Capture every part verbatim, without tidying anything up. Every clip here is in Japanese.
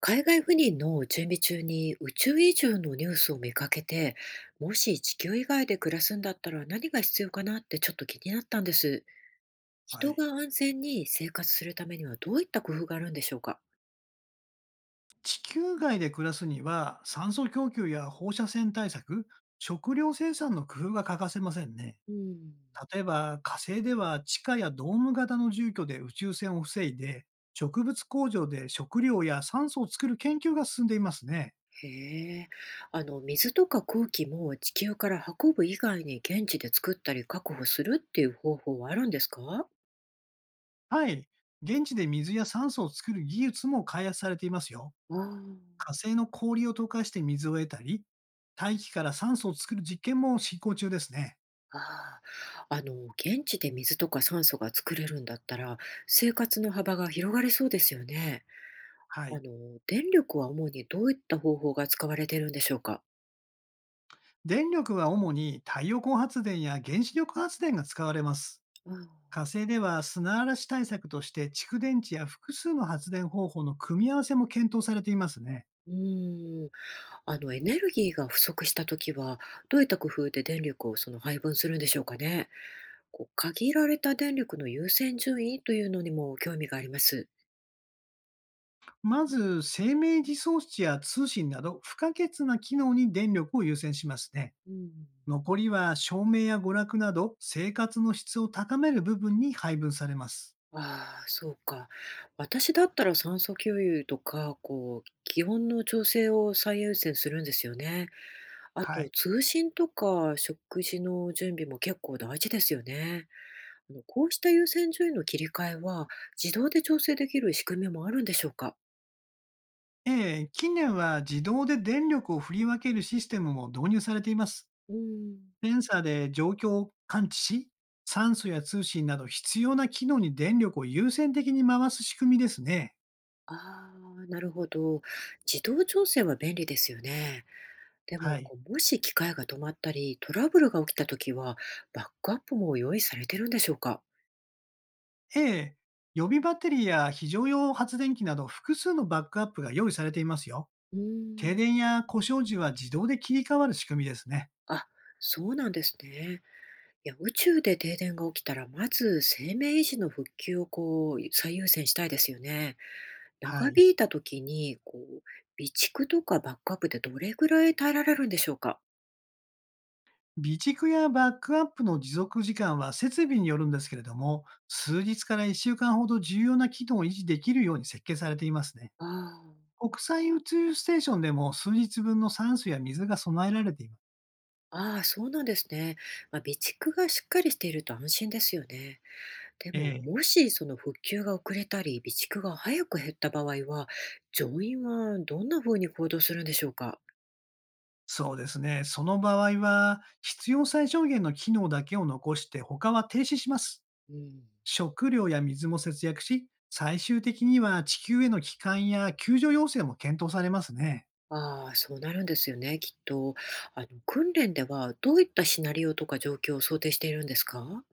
海外赴任の準備中に宇宙移住のニュースを見かけて、もし地球以外で暮らすんだったら何が必要かなってちょっと気になったんです。は人い。が安全に生活するためにはどういった工夫があるんでしょうか？地球外で暮らすには酸素供給や放射線対策、食料生産の工夫が欠かせませんね。うん。例えば火星では地下やドーム型の住居で宇宙船を防いで、植物工場で食料や酸素を作る研究が進んでいますね。へえ、あの、水とか空気も地球から運ぶ以外に現地で作ったり確保するっていう方法はあるんですか？はい。現地で水や酸素を作る技術も開発されていますよ。ああー。火星の氷を溶かして水を得たり、大気から酸素を作る実験も進行中ですね。ああ、あの、現地で水とか酸素が作れるんだったら、生活の幅が広がりそうですよね。はあい。の、電力は主にどういった方法が使われているんでしょうか。電力は主に太陽光発電や原子力発電が使われます。ああ。火星では砂嵐対策として蓄電池や複数の発電方法の組み合わせも検討されていますね。うーん、あの、エネルギーが不足したときは、どういった工夫で電力をその配分するんでしょうかね。こう、限られた電力の優先順位というのにも興味があります。まず、生命自走値や通信など不可欠な機能に電力を優先しますね。うん。残りは照明や娯楽など生活の質を高める部分に配分されます。ああ、そうか。私だったら酸素給油とか、こう、気温の調整を最優先するんですよね。あはと、い。通信とか食事の準備も結構大事ですよね。あの、こうした優先順位の切り替えは、自動で調整できる仕組みもあるんでしょうか？ええ、近年は自動で電力を振り分けるシステムも導入されています。うん。センサーで状況を感知し、酸素や通信など必要な機能に電力を優先的に回す仕組みですね。ああ、なるほど。自動調整は便利ですよね。ではも、い。こうもし機械が止まったり、トラブルが起きたときは、バックアップも用意されてるんでしょうか？ エー、予備バッテリーや非常用発電機など複数のバックアップが用意されていますよ。うー停ん。電や故障時は自動で切り替わる仕組みですね。あ、そうなんですね。いや、宇宙で停電が起きたら、まず生命維持の復旧をこう最優先したいですよね。は長い。引いた時に、こう、備蓄とかバックアップでどれぐらい耐えられるんでしょうか。備蓄やバックアップの持続時間は設備によるんですけれども、数日からいっしゅうかんほど重要な機能を維持できるように設計されていますね。ああ。国際宇宙ステーションでも数日分の酸素や水が備えられています。ああ、そうなんですね。まあ、備蓄がしっかりしていると安心ですよね。でえも、え、もしその復旧が遅れたり、備蓄が早く減った場合は、乗員はどんな風に行動するんでしょうか。そうですね。その場合は、必要最小限の機能だけを残して、他は停止します。うん。食料や水も節約し、最終的には地球への帰還や救助要請も検討されますね。ああ、そうなるんですよね、きっと。あの、訓練ではどういったシナリオとか状況を想定しているんですか？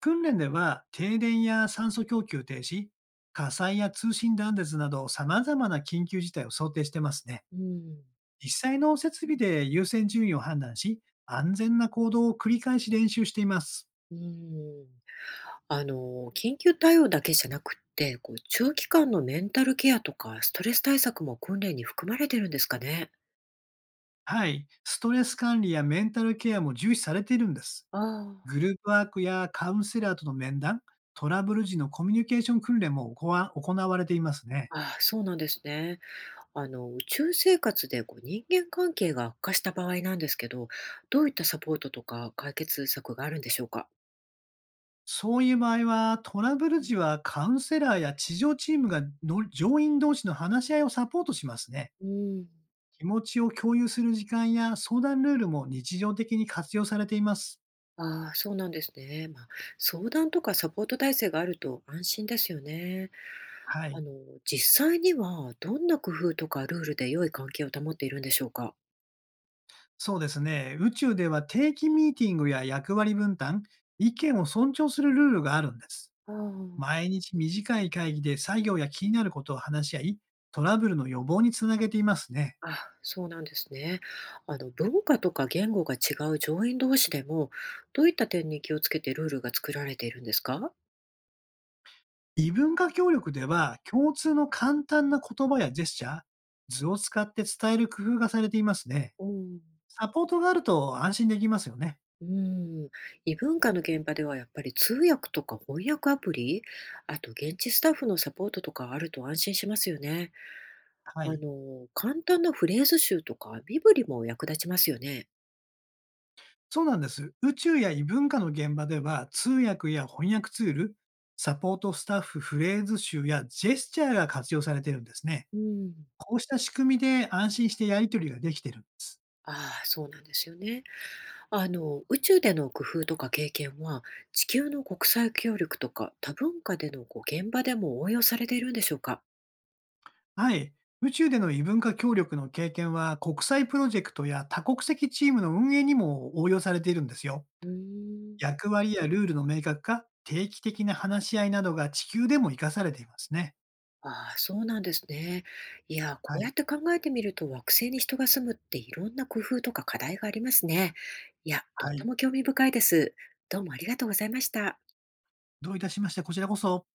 訓練では、停電や酸素供給停止、火災や通信断絶など、様々な緊急事態を想定してますね。うん、実際の設備で優先順位を判断し、安全な行動を繰り返し練習しています。うん。あの、緊急対応だけじゃなくって、こう、長期間のメンタルケアとかストレス対策も訓練に含まれてるんですかね？はい。ストレス管理やメンタルケアも重視されているんです。ああ。グループワークやカウンセラーとの面談、トラブル時のコミュニケーション訓練も行わ行われていますね。ああ、そうなんですね。あの、宇宙生活で、こう、人間関係が悪化した場合なんですけど、どういったサポートとか解決策があるんでしょうか？そういう場合は、トラブル時はカウンセラーや地上チームがの乗員同士の話し合いをサポートしますね。うん。気持ちを共有する時間や相談ルールも日常的に活用されています。ああ、そうなんですね。まあ、相談とかサポート体制があると安心ですよね。はあい。の、実際にはどんな工夫とかルールで良い関係を保っているんでしょうか？そうですね。宇宙では定期ミーティングや役割分担、意見を尊重するルールがあるんです。ああ。毎日短い会議で作業や気になることを話し合い、トラブルの予防につなげていますね。あ、そうなんですね。あの、文化とか言語が違う上院同士でも、どういった点に気をつけてルールが作られているんですか？異文化協力では共通の簡単な言葉やジェスチャー、図を使って伝える工夫がされていますね。うん。サポートがあると安心できますよね。うん、異文化の現場ではやっぱり通訳とか翻訳アプリ、あと現地スタッフのサポートとかあると安心しますよね。はあい。の、簡単なフレーズ集とか身振りも役立ちますよね。そうなんです。宇宙や異文化の現場では、通訳や翻訳ツール、サポートスタッフフレーズ集やジェスチャーが活用されてるんですね。うん。こうした仕組みで安心してやり取りができてるんです。ああ、そうなんですよね。あの、宇宙での工夫とか経験は、地球の国際協力とか多文化でのこう現場でも応用されているんでしょうか。はい。宇宙での異文化協力の経験は、国際プロジェクトや多国籍チームの運営にも応用されているんですよ。うーん。役割やルールの明確化、定期的な話し合いなどが地球でも活かされていますね。ああ、そうなんですね。いや、はこうやい。って考えてみると惑星に人が住むっていろんな工夫とか課題がありますね。いや、とっはてい。も興味深いです。どうもありがとうございました。どういたしまして、こちらこそ。